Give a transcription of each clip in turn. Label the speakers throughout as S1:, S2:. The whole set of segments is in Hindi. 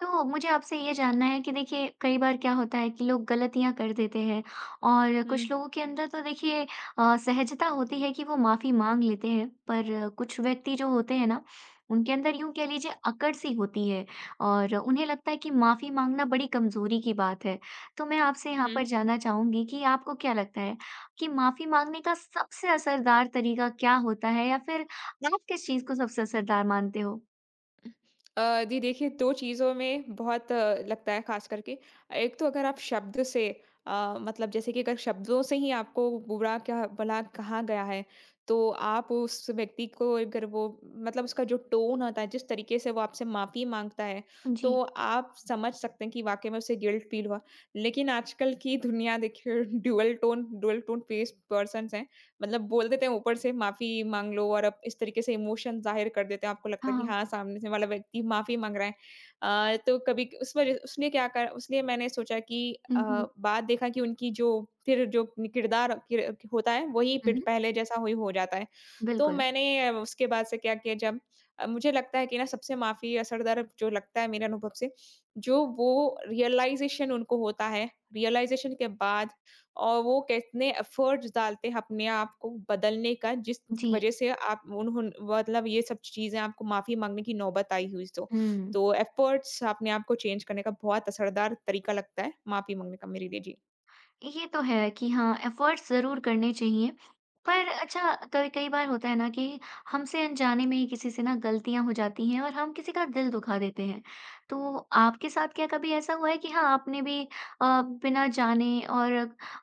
S1: तो मुझे आपसे ये जानना है कि देखिए कई बार क्या होता है कि लोग गलतियाँ कर देते हैं और कुछ
S2: हुँ,
S1: लोगों के अंदर तो देखिए सहजता होती है कि वो माफ़ी माँग लेते हैं पर कुछ व्यक्ति जो होते हैं ना उनके अंदर यूँ कह लीजिए अकड़ सी होती है और उन्हें लगता है कि माफ़ी माँगना बड़ी कमज़ोरी की बात है। तो मैं आपसे यहाँ
S2: हुँ।
S1: पर जानना चाहूँगी कि आपको क्या लगता है कि माफ़ी माँगने का सबसे असरदार तरीका क्या होता है या फिर आप किस चीज़ को सबसे असरदार मानते हो?
S2: जी देखिए 2 चीज़ों में बहुत लगता है ख़ास करके। एक तो अगर आप शब्द से मतलब जैसे कि अगर शब्दों से ही आपको बुरा क्या भला कहा गया है, तो आप उस व्यक्ति को अगर वो मतलब उसका जो टोन होता है, जिस तरीके से वो आपसे माफ़ी माँगता है,
S1: जी।
S2: तो आप समझ सकते हैं कि वाक़ई में उसे गिल्ट फ़ील हुआ। लेकिन आजकल की दुनिया देखिए ड्यूअल टोन फेस पर्सन्स हैं। मतलब बोल देते हैं ऊपर से माफ़ी माँग लो और आप इस तरीके से इमोशन ज़ाहिर कर देते हैं, आपको लगता
S1: हाँ,
S2: है कि
S1: हाँ।
S2: हाँ, सामने से वाला व्यक्ति माफ़ी माँग रहा है। अ, तो कभी उस वजह उसने क्या करा उसलिए मैंने सोचा कि
S1: हुँ,
S2: बाद देखा कि उनकी जो फिर जो किरदार किर होता है, वही फिर
S1: हुँ।
S2: पहले जैसा वही हो जाता है। तो
S1: बिल्कुल,
S2: मैंने उसके बाद से क्या किया जब मुझे लगता है कि ना सबसे माफ़ी असरदार जो लगता है मेरे अनुभव से, जो वो रियलाइज़ेशन उनको होता है, रियलाइज़ेशन के बाद और वो कितने एफर्ट्स डालते हैं अपने आप को बदलने का, जिस
S1: जी।
S2: वज़ह से आप उन्होंने मतलब ये सब चीज़ें आपको माफ़ी माँगने की नौबत आई हुई तो।
S1: हुँ,
S2: तो एफर्ट्स अपने आप को चेंज करने का बहुत असरदार तरीका लगता है, माफ़ी माँगने का मेरे लिए।
S1: ये तो है कि हाँ, एफ़र्ट्स ज़रूर करने चाहिए। पर अच्छा कई कई बार होता है ना कि हमसे अनजाने में ही किसी से ना गलतियाँ हो जाती हैं और हम किसी का दिल दुखा देते हैं। तो आपके साथ क्या कभी ऐसा हुआ है कि हाँ, आपने भी बिना जाने और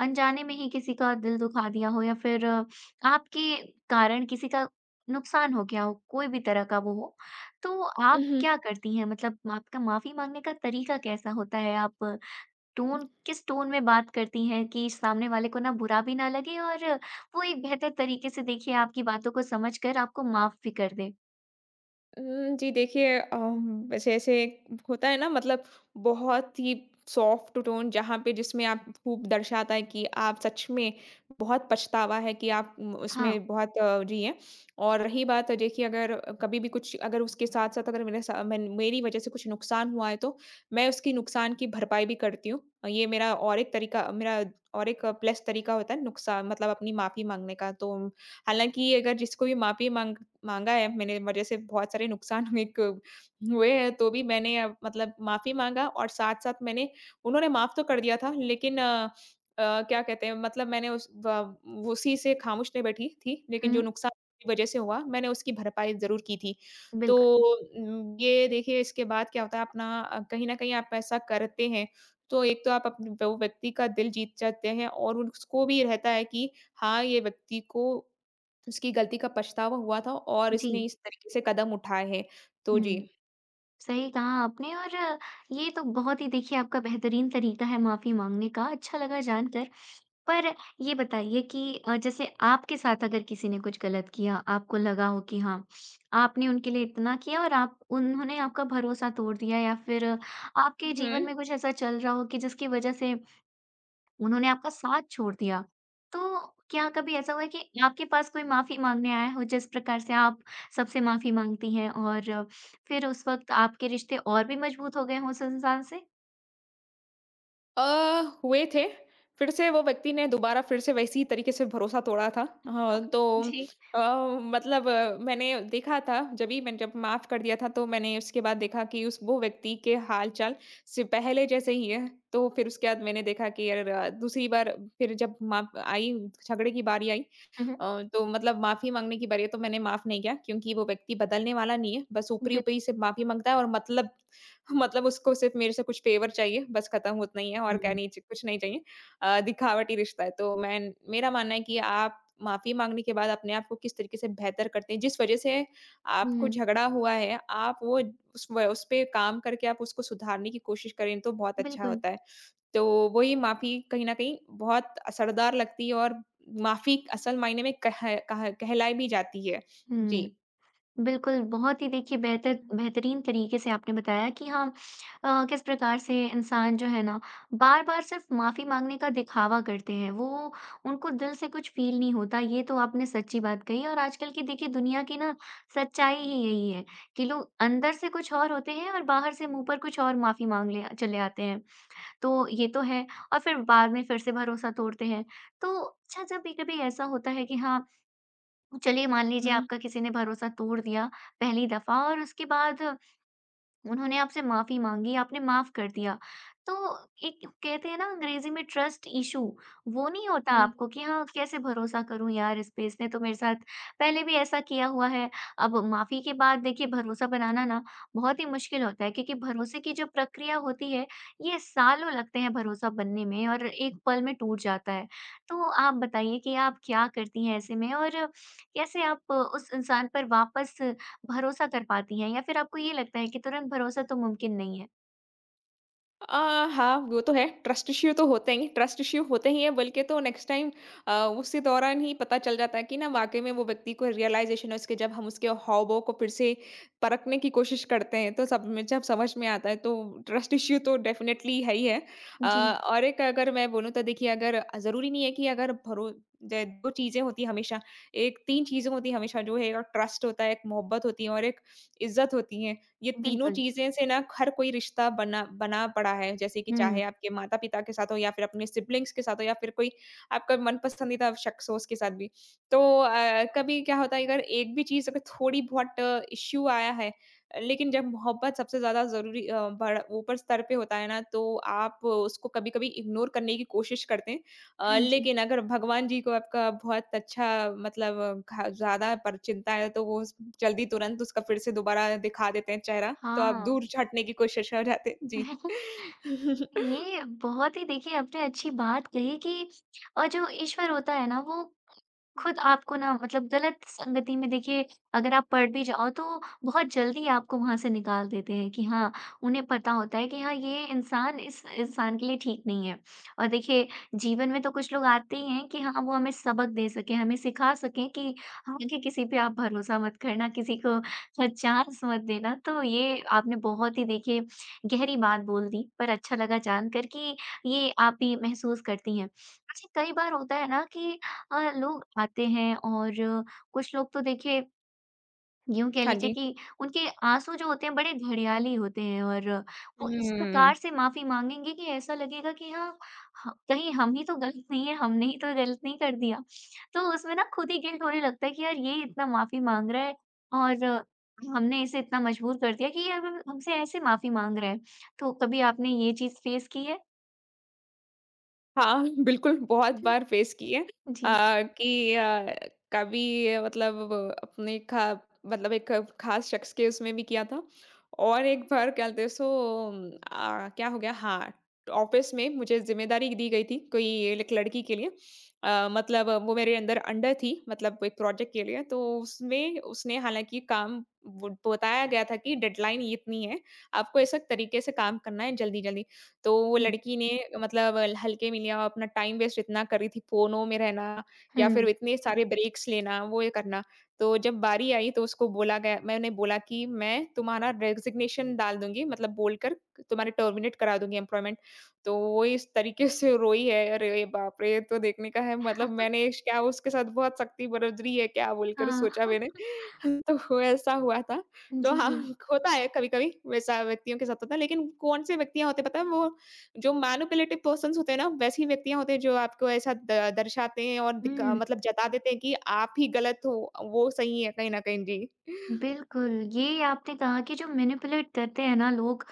S1: अनजाने में ही किसी का दिल दुखा दिया हो या फिर आपके कारण किसी का नुकसान हो गया हो, कोई भी तरह का वो हो? तो आप
S2: जी।
S1: क्या करती हैं? मतलब आपका माफ़ी माँगने का तरीका कैसा होता है? आप टोन किस टोन में बात करती हैं कि सामने वाले को ना बुरा भी ना लगे और वो एक बेहतर तरीके से देखिए आपकी बातों को समझ कर आपको माफ़ भी कर दे।
S2: जी देखिए जैसे होता है ना मतलब बहुत ही सॉफ्ट टोन जहाँ पे जिसमें आप खूब दर्शाता है कि आप सच में बहुत पछतावा है कि आप
S1: हाँ,
S2: उसमें बहुत जी हैं। और रही बात है, देखिए अगर कभी भी कुछ अगर उसके साथ-साथ अगर मेरे सा मैन मेरी वज़ह से कुछ नुकसान हुआ है तो मैं उसकी नुकसान की भरपाई भी करती हूँ। ये मेरा और एक तरीका मेरा और एक प्लस तरीका होता है नुकसान मतलब अपनी माफ़ी माँगने का। तो हालाँकि अगर जिसको भी माफ़ी माँग माँगा है मैंने वजह से बहुत सारे नुकसान हुए हैं, तो भी मैंने मतलब माफ़ी माँगा और साथ-साथ मैंने उन्होंने माफ़ तो कर दिया था लेकिन क्या कहते हैं मतलब मैंने उस व उसी से खामोश नहीं बैठी थी, लेकिन जो
S1: हुँ,
S2: नुकसान की वजह से हुआ, मैंने उसकी भरपाई ज़रूर की थी। तो
S1: बिल्कुल।
S2: ये देखिए इसके बाद क्या होता है अपना कहीं न कहीं आप ऐसा करते हैं, तो एक तो आप अप वो व्यक्ति का दिल जीत जाते हैं और उसको भी रहता है कि हाँ, ये व्यक्ति को उसकी गलती का पछतावा हुआ था और
S1: जी,
S2: इसने इस तरीके से कदम उठाए हैं। तो जी।
S1: हुँ, सही कहा आपने और ये तो बहुत ही देखिए आपका बेहतरीन तरीका है माफ़ी माँगने का, अच्छा लगा जानकर। पर ये बताइए कि जैसे आपके साथ अगर किसी ने कुछ गलत किया, आपको लगा हो कि हाँ, आपने उनके लिए इतना किया और आप उन्होंने आपका भरोसा तोड़ दिया या फिर आपके
S2: हुँ।
S1: जीवन में कुछ ऐसा चल रहा हो कि जिसकी वजह से उन्होंने आपका साथ छोड़ दिया। तो क्या कभी ऐसा हुआ है कि आपके पास कोई माफ़ी माँगने आया हो जिस प्रकार से आप सबसे माफ़ी माँगती हैं और फिर उस वक़्त आपके रिश्ते और भी मजबूत हो गए हों उस इंसान से?
S2: अ, हुए थे। फिर से वो व्यक्ति ने दोबारा फिर से वैसी ही तरीके से भरोसा तोड़ा था। हाँ, तो
S1: जी।
S2: अ, मतलब मैंने देखा था जभी मैंने जब माफ़ कर दिया था तो मैंने उसके बाद देखा कि उस वो व्यक्ति के हाल-चाल से पहले जैसे ही है। तो फिर उसके बाद मैंने देखा कि अर दूसरी बार फिर जब माप आई झगड़े की बारी आई
S1: हुँ, हुँ।
S2: तो मतलब माफ़ी माँगने की बारी आई तो मैंने माफ़ नहीं किया क्योंकि वो व्यक्ति बदलने वाला नहीं है, बस
S1: बिल्कुल।
S2: ऊपरी-ऊपरी से माफ़ी माँगता है और मतलब उसको सिर्फ़ मेरे से कुछ फ़ेवर चाहिए, बस खत्म उतना ही है और क्या
S1: हुँ।
S2: नहीं च कुछ नहीं चाहिए। दिखावटी रिश्ता है, तो मैं मेरा मानना है कि आप माफ़ी माँगने के बाद अपने आप को किस तरीके से बेहतर करते हैं, जिस वज़ह से आपको
S1: हुँ,
S2: झगड़ा हुआ है, आप वो उस पे काम करके आप उसको सुधारने की कोशिश करें तो बहुत अच्छा
S1: बिल्कुल।
S2: होता है। तो वही माफ़ी कहीं न कहीं बहुत असरदार लगती है और माफ़ी असल मायने में कह कह कहलाई भी जाती है। जी।
S1: हुँ। बिल्कुल, बहुत ही देखिए बेहतरीन तरीके से आपने बताया कि हाँ, किस प्रकार से इंसान जो है ना, बार-बार सिर्फ़ माफ़ी माँगने का दिखावा करते हैं। वो उनको दिल से कुछ फ़ील नहीं होता, ये तो आपने सच्ची बात कही और आजकल की देखिए दुनिया की ना सच्चाई ही यही है कि लोग अंदर से कुछ और होते हैं और बाहर से मुँह पर कुछ और माफ़ी माँग ले चले आते हैं। तो ये तो है और फिर बाद में फिर से भरोसा तोड़ते हैं। तो अच्छा जब भी कभी ऐसा होता है कि हाँ, तो चलिए मान लीजिए
S2: हुँ,
S1: आपका किसी ने भरोसा तोड़ दिया पहली दफ़ा और उसके बाद उन्होंने आपसे माफ़ी माँगी, आपने माफ़ कर दिया। तो एक कहते हैं ना अंग्रेज़ी में ट्रस्ट इश्यू, वो नहीं होता
S2: हुँ।
S1: आपको कि हाँ, कैसे भरोसा करूँ यार इस पे, इसने तो मेरे साथ पहले भी ऐसा किया हुआ है। अब माफ़ी के बाद देखिए भरोसा बनाना ना बहुत ही मुश्किल होता है क्योंकि भरोसे की जो प्रक्रिया होती है, ये सालों लगते हैं भरोसा बनने में और एक पल में टूट जाता है। तो आप बताइए कि आप क्या करती हैं ऐसे में और कैसे आप उस इंसान पर वापस भरोसा कर पाती हैं या फिर आपको ये लगता है कि तुरंत भरोसा तो मुमकिन नहीं है?
S2: हाँ, वो तो है। ट्रस्ट इश्यू तो होते ही ट्रस्ट इश्यू होते ही हैं बल्कि तो नेक्स्ट टाइम अ, उसी दौरान ही पता चल जाता है कि ना वाक़ई में वो व्यक्ति को रियलाइज़ेशन है उसके जब हम उसके हाव-भाव को फिर से परखने की कोशिश करते हैं तो सब में जब समझ में आता है तो ट्रस्ट इश्यू तो डेफ़िनेटली है ही है। अ,
S1: जी।
S2: और एक अगर मैं बोलूँ तो देखिए अगर ज़रूरी नहीं है कि अगर भरो ज 2 चीज़ें होती हैं हमेशा, एक 3 चीज़ें होती हैं हमेशा जो है एक ट्रस्ट होता है, एक मोहब्बत होती है और एक इज़्ज़त होती है। ये तीनों
S1: बिल्कुल।
S2: चीज़ें से ना हर कोई रिश्ता बना बना पड़ा है, जैसे कि
S1: हुँ।
S2: चाहे आपके माता-पिता के साथ हो या फिर अपने सिब्लिंग्स के साथ हो या फिर कोई आपका मन पसंदीदा शख्स हो उसके साथ भी। तो कभी क्या होता है अगर एक भी चीज़ अगर थोड़ी-बहुत इश्यू आया है, लेकिन जब मोहब्बत सबसे ज़्यादा ज़रूरी बढ़ ऊपर स्तर पे होता है ना, तो आप उसको कभी-कभी इग्नोर करने की कोशिश करते हैं।
S1: हाँ जी।
S2: लेकिन अगर भगवान जी को आपका बहुत अच्छा मतलब घा ज़्यादा पर चिंता है तो वो जल्दी तुरंत उसका फिर से दोबारा दिखा देते हैं चेहरा, तो आप
S1: हाँ।
S2: दूर हटने की कोशिश हो जाते हैं। जी।
S1: ये बहुत ही देखिए आपने अच्छी बात कही कि और जो ईश्वर होता है ना, वो खुद आपको ना मतलब गलत संगति में देखिए अगर आप पड़ भी जाओ तो बहुत जल्दी आपको वहां से निकाल देते हैं कि हाँ, उन्हें पता होता है कि हाँ, ये इंसान इस इंसान के लिए ठीक नहीं है और देखिए जीवन में तो कुछ लोग आते ही हैं कि हाँ, वो हमें सबक दे सके, हमें सिखा सके कि आगे किसी पे आप भरोसा मत करना, किसी को चांस मत देना। तो ये आपने बहुत ही देखिए गहरी बात बोल दी, पर अच्छा लगा जानकर कि ये आप भी महसूस करती हैं। अच्छा कई बार होता है ना कि लोग आते हैं और कुछ लोग तो देखिए यूँ कह
S2: हाँ
S1: लीजिए
S2: जी।
S1: कि उनके आँसू जो होते हैं बड़े घड़ियाली होते हैं और वो इस
S2: हुँ।
S1: प्रकार से माफ़ी माँगेंगे कि ऐसा लगेगा कि हाँ, ह कहीं हम ही तो गलत नहीं है, हमने ही तो गलत नहीं कर दिया। तो उसमें ना खुद ही गिल्ट होने लगता है कि यार ये इतना माफ़ी माँग रहा है और हमने इसे इतना मजबूर कर दिया कि ये अब हमसे ऐसे माफ़ी माँग रहा है। तो कभी आपने ये चीज़ फ़ेस की है?
S2: हाँ, बिल्कुल बहुत
S1: हुँ,
S2: बार फेस की है
S1: हुँ। जी,
S2: कि कभी मतलब अपने खा मतलब एक खास शख्स के उसमें भी किया था और एक बार क्या बोलते हैं, क्या हो गया हाँ, ऑफ़िस में मुझे ज़िम्मेदारी दी गई थी कोई एक लड़की के लिए मतलब वो मेरे अंदर अंडर थी मतलब एक प्रोजेक्ट के लिए तो उसमें उसने हालाँकि काम वो बताया गया था कि डेडलाइन इतनी है, आपको इस तरीके से काम करना है जल्दी-जल्दी। तो वो
S1: जी।
S2: लड़की ने मतलब हल्के में लिया, अपना टाइम वेस्ट इतना कर रही थी, फ़ोनों में रहना या फिर
S1: हुँ।
S2: इतने सारे ब्रेक्स लेना, वो ये करना। तो जब बारी आई तो उसको बोला गया मैंने बोला कि मैं तुम्हारा रेज़िग्नेशन डाल दूँगी मतलब बोलकर तुम्हारे टर्मिनेट करा दूँगी एम्प्लॉयमेंट। तो वो इस तरीके से रोई है, अरे बाप रे! ये तो देखने का है मतलब मैंने श क्या उसके साथ बहुत सख्ती बरत रही है क्या बोलकर
S1: हाँ,
S2: सोचा मैंने। तो वो ऐसा हुआ था। तो
S1: जी।
S2: हाँ, होता है कभी-कभी वैसा व्यक्तियों के साथ होता है, लेकिन कौन से व्यक्तियाँ होते हैं पता है वो जो मैनिपुलेटिव पर्सन्स होते हैं ना, वैसी व्यक्तियाँ होते हैं जो आपको ऐसा द दर्शाते हैं और दिखा
S1: हुँ।
S2: मतलब जता देते हैं कि आप ही गलत हो, वो सही है कहीं न कहीं। जी।
S1: बिल्कुल, ये आपने कहा कि जो मैनिपुलेट करते हैं ना लोग,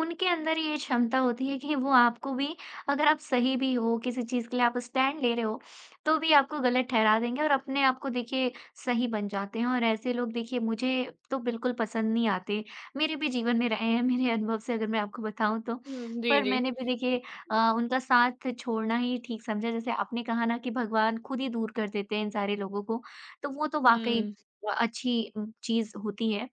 S1: उनके अंदर ये क्षमता होती है कि वो आपको भी अगर आप सही भी हो, किसी चीज़ के लिए आप स्टैंड ले रहे हो, तो भी आपको गलत ठहरा देंगे और अपने आप को देखिए सही बन जाते हैं और ऐसे लोग देखिए मुझे तो बिल्कुल पसंद नहीं आते। मेरे भी जीवन में रहे हैं, मेरे अनुभव से अगर मैं आपको बताऊँ तो।
S2: हुँ, जी,
S1: पर
S2: जी।
S1: मैंने भी देखिए उनका साथ छोड़ना ही ठीक समझा। जैसे आपने कहा ना कि भगवान खुद ही दूर कर देते हैं इन सारे लोगों को, तो वो तो वाक़ई
S2: हुँ,
S1: व अच्छी चीज़ होती है।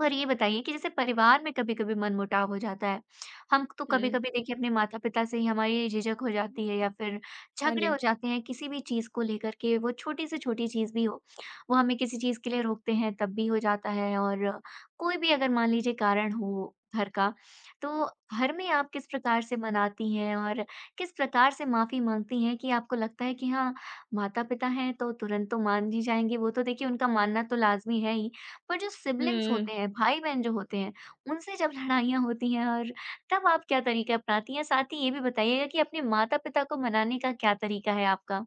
S1: पर ये बताइए कि जैसे परिवार में कभी-कभी मनमुटाव हो जाता है। हम तो
S2: हुँ।
S1: कभी-कभी देखिए अपने माता-पिता से ही हमारी झिझक हो जाती है या फिर
S2: हाँ
S1: झगड़े
S2: जी।
S1: हो जाते हैं किसी भी चीज़ को लेकर के, वो छोटी से छोटी चीज़ भी हो। वो हमें किसी चीज़ के लिए रोकते हैं तब भी हो जाता है और कोई भी अगर मान लीजिए कारण हो घर का, तो घर में आप किस प्रकार से मनाती हैं और किस प्रकार से माफ़ी माँगती हैं कि आपको लगता है कि हाँ, माता-पिता हैं तो तुरंत तो मान ही जाएँगे, वो तो देखिए उनका मानना तो लाज़मी है ही। पर जो
S2: हुँ,
S1: सिब्लिंग्स
S2: हुँ।
S1: होते हैं, भाई-बहन जो होते हैं, उनसे जब लड़ाइयाँ होती हैं और तब आप क्या तरीके अपनाती हैं? साथ ही ये भी बताइएगा कि अपने माता-पिता को मनाने का क्या तरीका है आपका?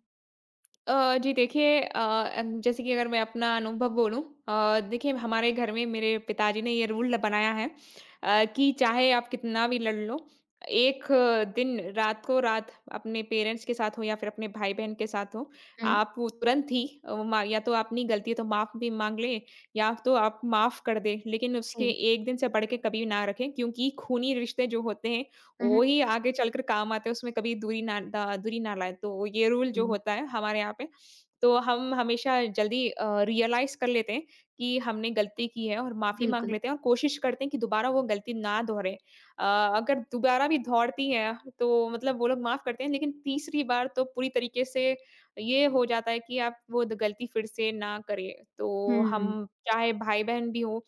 S2: जी देखिए अ, अन जैसे कि अगर मैं अपना अनुभव बोलूँ देखिए हमारे घर में मेरे पिताजी ने ये रूल ल बनाया है कि चाहे आप कितना भी लड़ लो, एक दिन रात को रात अपने पेरेंट्स के साथ हो या फिर अपने भाई-बहन के साथ हो,
S1: हुँ,
S2: आप वो तुरंत ही वो मा या तो अपनी गलती है तो माफ भी माँग लें या तो आप माफ कर दें, लेकिन उसके
S1: जी।
S2: 1 दिन से बढ़ के कभी ना रखें क्योंकि खूनी रिश्ते जो होते हैं
S1: हुँ,
S2: वो
S1: हुँ।
S2: ही आगे चलकर काम आते हैं, उसमें कभी दूरी ना लाएँ। तो ये रूल जो
S1: हुँ,
S2: होता है हमारे यहाँ पे, तो हम हमेशा जल्दी रियलाइज़ कर लेते हैं कि हमने गलती की है और माफ़ी माँग
S1: बिल्कुल।
S2: लेते हैं और कोशिश करते हैं कि दोबारा वो गलती ना दोहरे। अ, अगर दोबारा भी दोहरती है, तो मतलब वो लोग माफ़ करते हैं, लेकिन तीसरी बार तो पूरी तरीके से ये हो जाता है कि आप वो द गलती फिर से ना करें। तो हम
S1: हुँ।
S2: चाहे भाई-बहन भी हों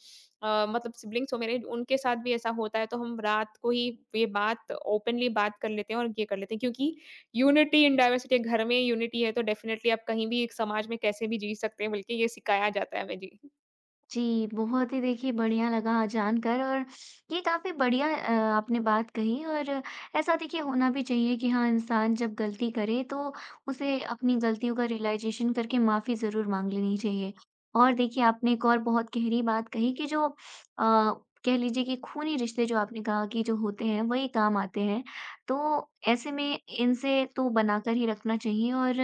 S2: मतलब सिब्लिंग्स हो मेरे, उनके साथ भी ऐसा होता है, तो हम रात को ही ये बात ओपनली बात कर लेते हैं और ये कर लेते हैं क्योंकि यूनिटी इन डाइवर्सिटी घर में यूनिटी है, तो डेफ़िनेटली आप कहीं भी एक समाज में कैसे भी जी सकते हैं, बल्कि ये सिखाया जाता है हमें। जी।
S1: जी, बहुत ही देखिए बढ़िया लगा जानकर और ये काफ़ी बढ़िया आपने बात कही और ऐसा देखिए होना भी चाहिए कि हाँ, इंसान जब गलती करे तो उसे अपनी गलतियों का रियलाइज़ेशन करके माफ़ी ज़रूर माँग लेनी चाहिए। और देखिए आपने एक और बहुत गहरी बात कही कि जो कह लीजिए कि खूनी रिश्ते जो आपने कहा कि जो होते हैं वही काम आते हैं। तो ऐसे में इनसे तो बनाकर ही रखना चाहिए और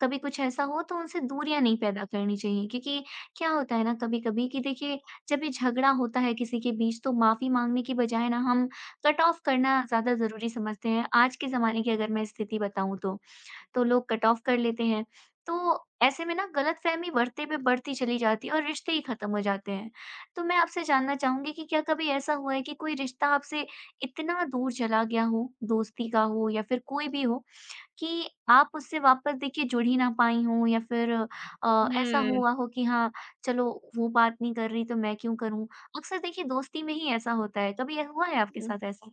S1: कभी कुछ ऐसा हो तो उनसे दूरियाँ नहीं पैदा करनी चाहिए क्योंकि क्या होता है ना कभी-कभी कि देखिए जब ये झगड़ा होता है किसी के बीच तो माफ़ी माँगने की बजाय ना हम कट ऑफ करना ज़्यादा ज़रूरी समझते हैं। आज के ज़माने की अगर मैं स्थिति बताऊँ तो लोग कट ऑफ कर लेते हैं। तो ऐसे में ना गलतफ़हमी बढ़ते पे बढ़ती चली जाती है और रिश्ते ही ख़त्म हो जाते हैं। तो मैं आपसे जानना चाहूँगी कि क्या कभी ऐसा हुआ है कि कोई रिश्ता आपसे इतना दूर चला गया हो, दोस्ती का हो या फिर कोई भी हो कि आप उससे वापस देखिए जुड़ ही ना पाई हों या फिर ऐसा हुआ हो कि हाँ, चलो वो बात नहीं कर रही तो मैं क्यों करूँ? अक्सर देखिए दोस्ती में ही ऐसा होता है, कभी ऐ- हुआ है आपके
S2: हुँ।
S1: साथ ऐसा?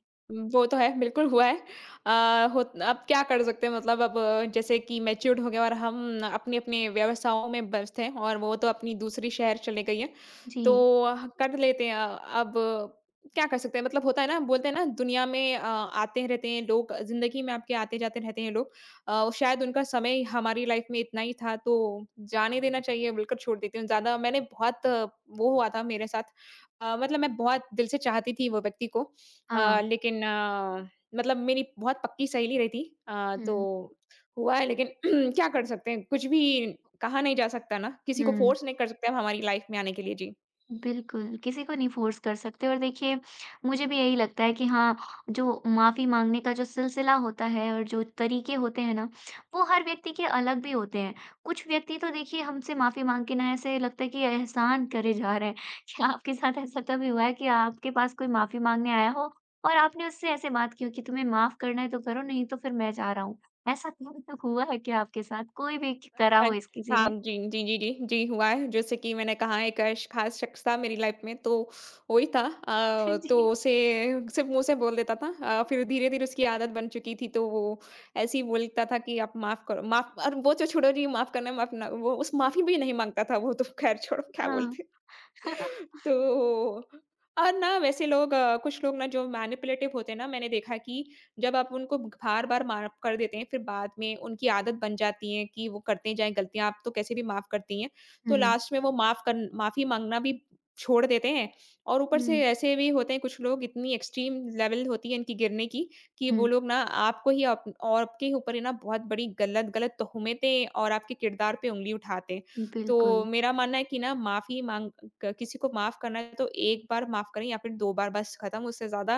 S2: वो तो है, बिल्कुल हुआ है। अ, होत अब क्या कर सकते हैं मतलब अब जैसे कि मैच्योर्ड हो गए और हम अपने-अपने व्यवसायों में व्यस्त हैं और वो तो अपनी दूसरी शहर चली गई हैं, तो
S1: जी,
S2: कर लेते हैं। अब क्या कर सकते हैं मतलब होता है ना बोलते हैं ना दुनिया में आते रहते हैं लोग, ज़िंदगी में आपके आते-जाते रहते हैं लोग। शायद उनका समय हमारी लाइफ में इतना ही था तो जाने देना चाहिए, बिल्कुल छोड़ देती हूँ। ज़्यादा मैंने बहुत आ, वो हुआ था मेरे साथ मतलब मैं बहुत दिल से चाहती थी वो व्यक्ति को
S1: हाँ।
S2: लेकिन मतलब मेरी बहुत पक्की सहेली रही थी तो
S1: हुँ,
S2: हुआ है लेकिन क्या कर सकते हैं, कुछ भी कहा नहीं जा सकता ना, किसी को
S1: हुँ।
S2: फोर्स नहीं कर सकते हम हमारी लाइफ में आने के लिए। जी।
S1: बिल्कुल, किसी को नहीं फ़ोर्स कर सकते और देखिए मुझे भी यही लगता है कि हाँ, जो माफ़ी माँगने का जो सिलसिला होता है और जो तरीके होते हैं ना, वो हर व्यक्ति के अलग भी होते हैं। कुछ व्यक्ति तो देखिए हमसे माफ़ी माँग के ना ऐसे लगता है कि एहसान करे जा रहे हैं। क्या आपके साथ ऐसा कभी हुआ है कि आपके पास कोई माफ़ी माँगने आया हो और आपने उससे ऐसे बात की हो कि तुम्हें माफ़ करना है तो करो, नहीं तो फिर मैं जा रहा हूँ। ऐसा कभी तक हुआ है क्या आपके साथ? कोई भी क करा
S2: हाँ,
S1: हो इस किसी
S2: हाँ,
S1: ने?
S2: जी, जी, जी, जी, जी, हुआ है। जैसे कि मैंने कहा एक श ख़ास शख़्स था मेरी लाइफ में तो वही था तो
S1: जी।
S2: उसे सिर्फ़ मुँह से बोल देता था फिर धीरे-धीरे उसकी आदत बन चुकी थी तो वो ऐसे ही बोलता था कि आप माफ़ करो माफ़ और वो तो छोड़ो जी माफ़ करना माफ़ ना वो उस माफ़ी भी नहीं माँगता था वो तो ख़ैर छोड़ो क्या
S1: हाँ।
S2: बोलते। तो और ना वैसे लोग कुछ लोग ना जो मैनिपुलेटिव होते हैं ना मैंने देखा कि जब आप उनको बार-बार माफ कर देते हैं, फिर बाद में उनकी आदत बन जाती है कि वो करते जाएँ गलतियाँ, आप तो कैसे भी माफ करती हैं। तो
S1: हुँ।
S2: लास्ट में वो माफ़ी माँगना भी छोड़ देते हैं और ऊपर से
S1: हुँ,
S2: ऐसे भी होते हैं कुछ लोग इतनी एक्सट्रीम लेवल होती है इनकी गिरने की, कि वो
S1: हुँ।
S2: लोग ना आपको ही आप आपके ऊपर ही ना बहुत बड़ी गलत-गलत तोहमतें और आपके किरदार पे उँगली उठाते हैं। तो
S1: बिल्कुल।
S2: मेरा मानना है कि ना माफ़ी माँग क किसी को माफ़ करना है तो 1 बार माफ़ करें या फिर 2 बार बस खत्म, उससे ज़्यादा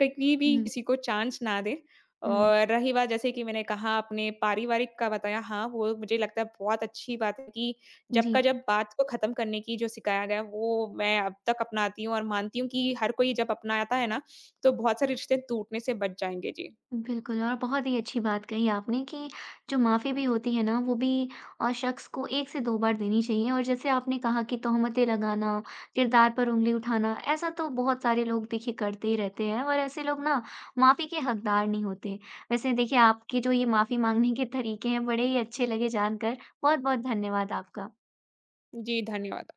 S2: कभी भी
S1: हुँ,
S2: किसी को चांस ना दें।
S1: हुँ।
S2: और रही बात जैसे कि मैंने कहा अपने पारिवारिक का बताया, हाँ, वो मुझे लगता है बहुत अच्छी बात है कि
S1: जी,
S2: जब बात को खत्म करने की जो सिखाया गया है, वो मैं अब तक अपनाती हूँ और मानती हूँ कि हर कोई जब अपनाता है ना, तो बहुत सारे रिश्ते टूटने से बच जाएँगे। जी।
S1: बिल्कुल और बहुत ही अच्छी बात कही आपने कि जो माफ़ी भी होती है ना, वो भी शख्स को 1 से 2 बार देनी चाहिए और जैसे आपने कहा कि तोहमतें लगाना, किरदार पर उँगली उठाना, ऐसा तो बहुत सारे लोग देखिए करते ही रहते हैं और ऐसे लोग ना माफ़ी के हकदार नहीं होते। वैसे देखिए आपके जो ये माफ़ी माँगने के तरीके हैं, बड़े ही अच्छे लगे जानकर। बहुत-बहुत धन्यवाद आपका।
S2: जी, धन्यवाद।